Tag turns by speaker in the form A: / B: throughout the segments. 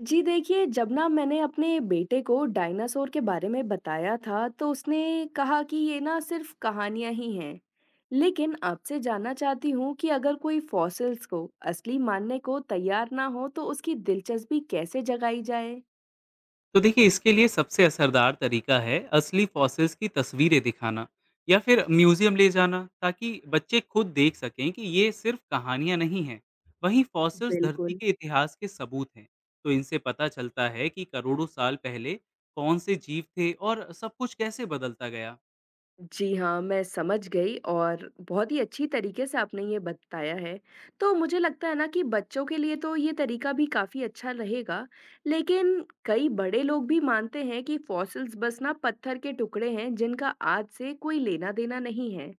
A: जी देखिए, जब ना मैंने अपने बेटे को डायनासोर के बारे में बताया था, तो उसने कहा कि ये ना सिर्फ कहानियां ही हैं। लेकिन आपसे जानना चाहती हूँ कि अगर कोई फॉसिल्स को असली मानने को तैयार ना हो, तो उसकी दिलचस्पी कैसे जगाई जाए?
B: तो देखिए, इसके लिए सबसे असरदार तरीका है असली फॉसिल्स की तस्वीरें दिखाना या फिर म्यूजियम ले जाना, ताकि बच्चे खुद देख सकें कि ये सिर्फ कहानियां नहीं हैं। वहीं फॉसिल्स धरती
A: बिल्कुल।
B: के इतिहास के सबूत हैं। तो इनसे पता चलता है कि करोड़ों साल पहले कौन से जीव थे और सब कुछ कैसे बदलता गया।
A: जी हाँ, मैं समझ गई और बहुत ही अच्छी तरीके से आपने ये बताया है। तो मुझे लगता है ना कि बच्चों के लिए तो ये तरीका भी काफ़ी अच्छा रहेगा, लेकिन कई बड़े लोग भी मानते हैं कि फॉसिल्स बस ना पत्थर के टुकड़े हैं जिनका आज से कोई लेना-देना नहीं है।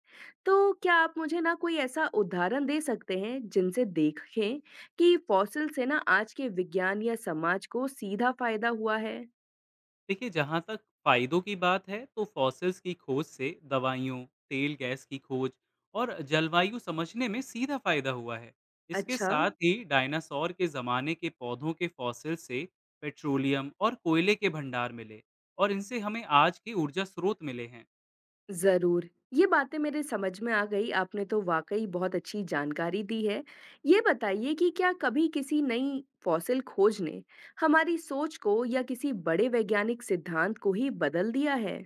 A: तो क्या आप मुझे ना कोई ऐसा उदाहरण दे सकते हैं जिनसे देखें कि फॉसिल से ना आज के विज्ञान या समाज को सीधा फायदा हुआ है?
B: देखिए, जहाँ तक फायदों की बात है, तो फॉसिल्स की खोज से दवाइयों, तेल गैस की खोज और जलवायु समझने में सीधा फायदा हुआ है। इसके
A: अच्छा।
B: साथ ही डायनासोर के जमाने के पौधों के फॉसिल से पेट्रोलियम और कोयले के भंडार मिले, और इनसे हमें आज के ऊर्जा स्रोत मिले हैं।
A: ज़रूर, ये बातें मेरे समझ में आ गई, आपने तो वाक़ई बहुत अच्छी जानकारी दी है। ये बताइए कि क्या कभी किसी नई फॉसिल खोज ने हमारी सोच को या किसी बड़े वैज्ञानिक सिद्धांत को ही बदल दिया है?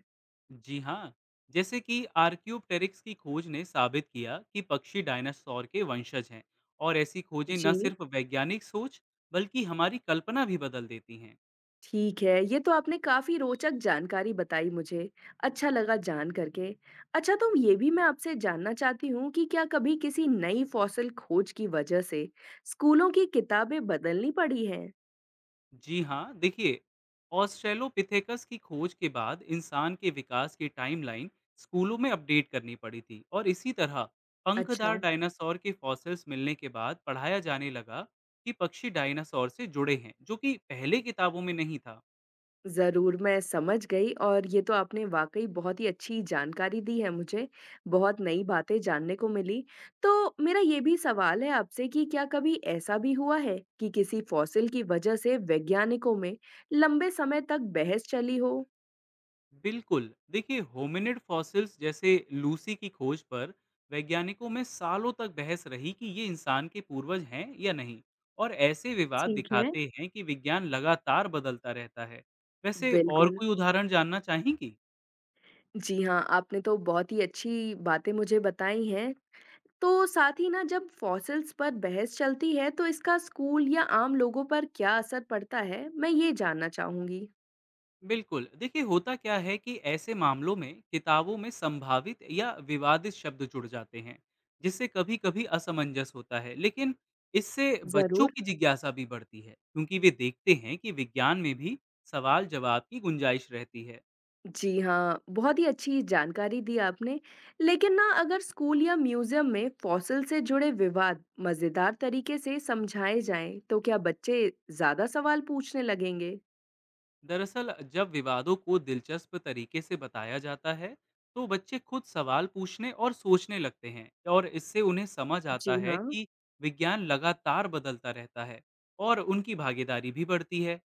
B: जी हाँ, जैसे कि आर्क्योप्टेरिक्स की खोज ने साबित किया कि पक्षी डायनासोर के वंशज हैं, और ऐसी खोजें न
A: जी।
B: सिर्फ वैज्ञानिक सोच बल्कि हमारी कल्पना भी बदल देती हैं।
A: ठीक है, ये तो आपने काफ़ी रोचक जानकारी बताई मुझे, अच्छा लगा जान करके। अच्छा, तो ये भी मैं आपसे जानना चाहती हूँ कि क्या कभी किसी नई फॉसिल खोज की वजह से स्कूलों की किताबें बदलनी पड़ी हैं?
B: जी हाँ, देखिए, ऑस्ट्रेलोपिथेकस की खोज के बाद इंसान के विकास की टाइमलाइन स्कूलों में अपडेट करनी पड़ी थी, और इसी तरह
A: अच्छा।
B: पंखदार डायनासोर के फॉसिल्स मिलने के बाद पढ़ाया जाने लगा कि पक्षी डायनासोर से जुड़े हैं, जो कि पहले किताबों में नहीं था।
A: ज़रूर, मैं समझ गई और ये तो आपने वाक़ई बहुत ही अच्छी जानकारी दी है मुझे, बहुत नई बातें जानने को मिली। तो मेरा ये भी सवाल है आपसे कि क्या कभी ऐसा भी हुआ है कि किसी फॉसिल की वजह से वैज्ञानिकों में लंबे समय तक बहस चली हो?
B: बिल्कुल। देखिए, होमिनिड फॉसिल्स जैसे लूसी की खोज पर वैज्ञानिकों में सालों तक बहस रही कि ये इंसान के पूर्वज हैं या नहीं, और ऐसे विवाद
A: ठीक है।
B: दिखाते हैं कि विज्ञान लगातार बदलता रहता है। वैसे और
A: बिल्कुल।
B: कोई उदाहरण जानना चाहेंगी?
A: जी हाँ, आपने तो बहुत ही अच्छी बातें मुझे बताई हैं। तो साथ ही ना जब फॉसिल्स पर बहस चलती है तो इसका स्कूल या आम लोगों पर क्या असर पड़ता है? मैं ये जानना चाहूँगी।
B: बिल्कुल। देखिए, होता क्या है कि ऐसे मामलों में किताबों में संभावित या विवादित शब्द जुड़ जाते हैं, जिससे कभी कभी असमंजस होता है, लेकिन इससे बच्चों
A: ज़रूर।
B: की जिज्ञासा भी बढ़ती है, क्योंकि वे देखते हैं कि विज्ञान में भी सवाल जवाब की गुंजाइश रहती है।
A: जी हाँ, बहुत ही अच्छी जानकारी दी आपने। लेकिन ना अगर स्कूल या म्यूज़ियम में फॉसिल से जुड़े विवाद मज़ेदार तरीके से समझाए जाएँ, तो क्या बच्चे ज़्यादा सवाल पूछने लगेंगे?
B: दरअसल जब विवादों को दिलचस्प तरीके से बताया जाता है, तो बच्चे खुद सवाल पूछने और सोचने लगते हैं, और इससे उन्हें समझ आता
A: जी
B: है
A: हाँ।
B: कि विज्ञान लगातार बदलता रहता है और उनकी भागीदारी भी बढ़ती है।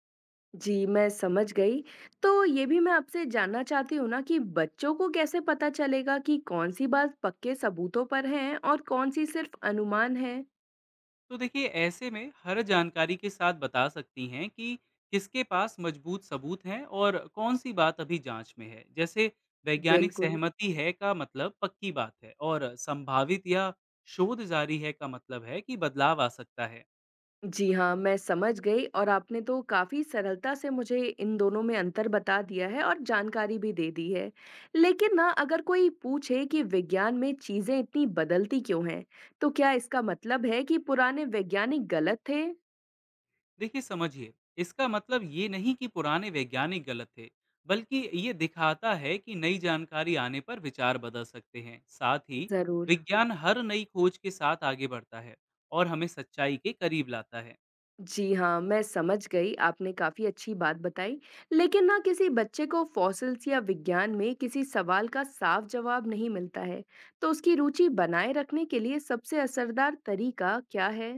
A: जी, मैं समझ गई। तो ये भी मैं आपसे जानना चाहती हूँ ना कि बच्चों को कैसे पता चलेगा कि कौन-सी बात पक्के सबूतों पर है और कौन-सी सिर्फ़ अनुमान है?
B: तो देखिए, ऐसे में हर जानकारी के साथ बता सकती हैं कि किसके पास मजबूत सबूत हैं और कौन सी बात अभी जांच में है। जैसे वैज्ञानिक
A: बिल्कुल।
B: सहमति है का मतलब पक्की बात है, और संभावित या शोध जारी है का मतलब है कि बदलाव आ सकता है।
A: जी हाँ, मैं समझ गई और आपने तो काफ़ी सरलता से मुझे इन दोनों में अंतर बता दिया है और जानकारी भी दे दी है। लेकिन ना अगर कोई पूछे कि विज्ञान में चीज़ें इतनी बदलती क्यों हैं, तो क्या इसका मतलब है कि पुराने वैज्ञानिक गलत थे?
B: देखिए, समझिए, इसका मतलब ये नहीं कि पुराने वैज्ञानिक गलत थे, बल्कि ये दिखाता है कि नई जानकारी आने पर विचार बदल सकते हैं। साथ ही
A: ज़रूर।
B: विज्ञान हर नई खोज के साथ आगे बढ़ता है और हमें सच्चाई के करीब लाता है।
A: जी हाँ, मैं समझ गई, आपने काफ़ी अच्छी बात बताई। लेकिन ना किसी बच्चे को फॉसिल्स या विज्ञान में किसी सवाल का साफ जवाब नहीं मिलता है, तो उसकी रुचि बनाए रखने के लिए सबसे असरदार तरीका क्या है?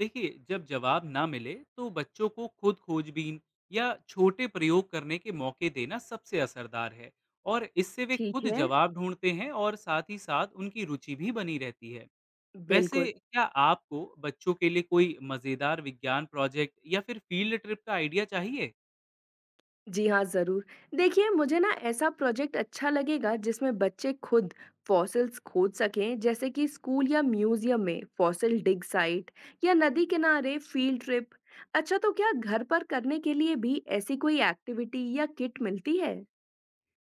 B: देखिए, जब जवाब ना मिले तो बच्चों को खुद खोजबीन या छोटे प्रयोग करने के मौके देना सबसे असरदार है, और इससे वे
A: ठीक
B: खुद
A: है,
B: जवाब ढूंढते हैं और साथ ही साथ उनकी रुचि भी बनी रहती है।
A: बिल्कुल।
B: वैसे क्या आपको बच्चों के लिए कोई मजेदार विज्ञान प्रोजेक्ट या फिर फील्ड ट्रिप का आइडिया चाहिए?
A: जी हाँ, ज़रूर। देखिए, मुझे ना ऐसा प्रोजेक्ट अच्छा लगेगा जिसमें बच्चे खुद फॉसिल्स खोज सकें, जैसे कि स्कूल या म्यूज़ियम में फॉसिल डिग साइट या नदी किनारे फील्ड ट्रिप। अच्छा, तो क्या घर पर करने के लिए भी ऐसी कोई एक्टिविटी या किट मिलती है?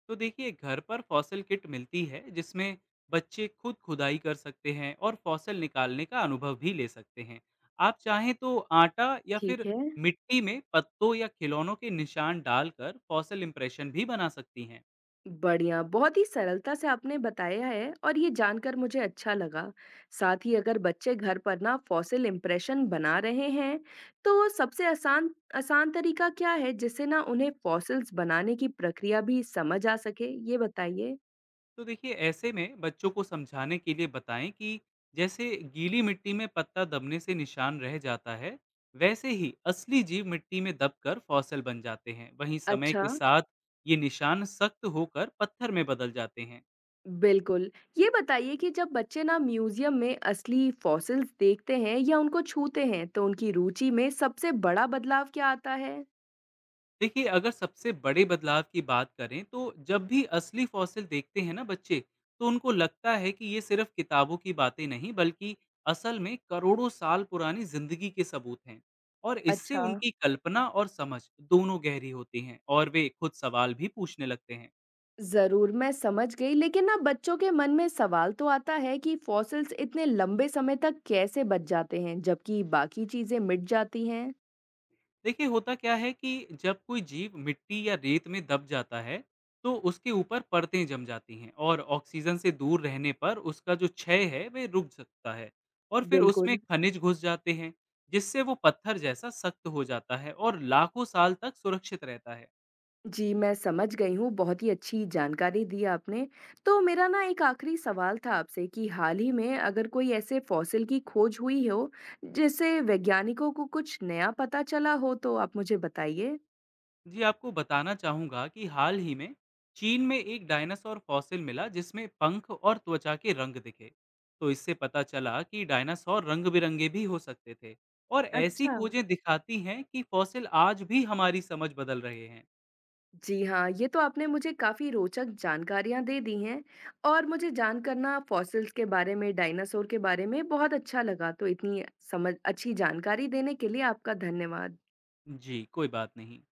B: तो देखिए, घर पर फॉसल किट मिलती है, जिसमें बच्चे खुद खुदाई कर सकते हैं और फॉसल निकालने का अनुभव भी ले सकते हैं। आप चाहें तो आटा या फिर
A: ठीक है।
B: मिट्टी में पत्तों या खिलौनों के निशान डालकर फॉसल इंप्रेशन भी बना सकती हैं।
A: बढ़िया, बहुत ही सरलता से आपने बताया है और ये जानकर मुझे अच्छा लगा। साथ ही अगर बच्चे घर पर ना फॉसिल इम्प्रेशन बना रहे हैं, तो सबसे आसान आसान तरीका क्या है जिससे ना उन्हें फॉसिल्स बनाने की प्रक्रिया भी समझ आ सके? ये बताइए।
B: तो देखिए, ऐसे में बच्चों को समझाने के लिए बताएं कि जैसे गीली मिट्टी में पत्ता दबने से निशान रह जाता है, वैसे ही असली जीव मिट्टी में दबकर फॉसल बन जाते हैं। वहीं समय के
A: अच्छा,
B: साथ ये निशान सख्त होकर पत्थर में बदल जाते हैं।
A: बिल्कुल। ये बताइए कि जब बच्चे ना म्यूज़ियम में असली फॉसिल्स देखते हैं या उनको छूते हैं, तो उनकी रुचि में सबसे बड़ा बदलाव क्या आता है?
B: देखिए, अगर सबसे बड़े बदलाव की बात करें, तो जब भी असली फॉसिल देखते हैं ना बच्चे, तो उनको लगता है कि ये सिर्फ किताबों की बातें नहीं, बल्कि असल में करोड़ों साल पुरानी जिंदगी के सबूत हैं। और इससे
A: अच्छा।
B: उनकी कल्पना और समझ दोनों गहरी होती हैं, और वे खुद सवाल भी पूछने लगते हैं।
A: जरूर, मैं समझ गई। लेकिन ना बच्चों के मन में सवाल तो आता है कि फॉसिल्स इतने लंबे समय तक कैसे बच जाते हैं जबकि बाकी चीजें मिट जाती हैं।
B: देखिए, होता क्या है कि जब कोई जीव मिट्टी या रेत में दब जाता है, तो उसके ऊपर परतें जम जाती हैं और ऑक्सीजन से दूर रहने पर उसका जो क्षय है वह रुक सकता है। और फिर उसमें
A: बिल्कुल।
B: खनिज घुस जाते हैं, जिससे वो पत्थर जैसा सख्त हो जाता है और लाखों साल तक सुरक्षित रहता है।
A: जी, मैं समझ गई हूँ, बहुत ही अच्छी जानकारी दी आपने। तो मेरा ना एक आखिरी सवाल था आपसे कि हाल ही में अगर कोई ऐसे फॉसिल की खोज हुई हो जिससे वैज्ञानिकों को कुछ नया पता चला हो, तो आप मुझे बताइए।
B: जी, आपको बताना चाहूंगा कि हाल ही में चीन में एक डायनासोर फॉसिल मिला, जिसमें पंख और त्वचा के रंग दिखे। तो इससे पता चला कि डायनासोर रंग बिरंगे भी हो सकते थे, और ऐसी
A: अच्छा।
B: खोजें दिखाती हैं कि फॉसिल आज भी हमारी समझ बदल रहे हैं।
A: जी हाँ, ये तो आपने मुझे काफ़ी रोचक जानकारियाँ दे दी हैं और मुझे जान करना फॉसिल्स के बारे में, डायनासोर के बारे में बहुत अच्छा लगा। तो इतनी समझ अच्छी जानकारी देने के लिए आपका धन्यवाद।
B: जी, कोई बात नहीं।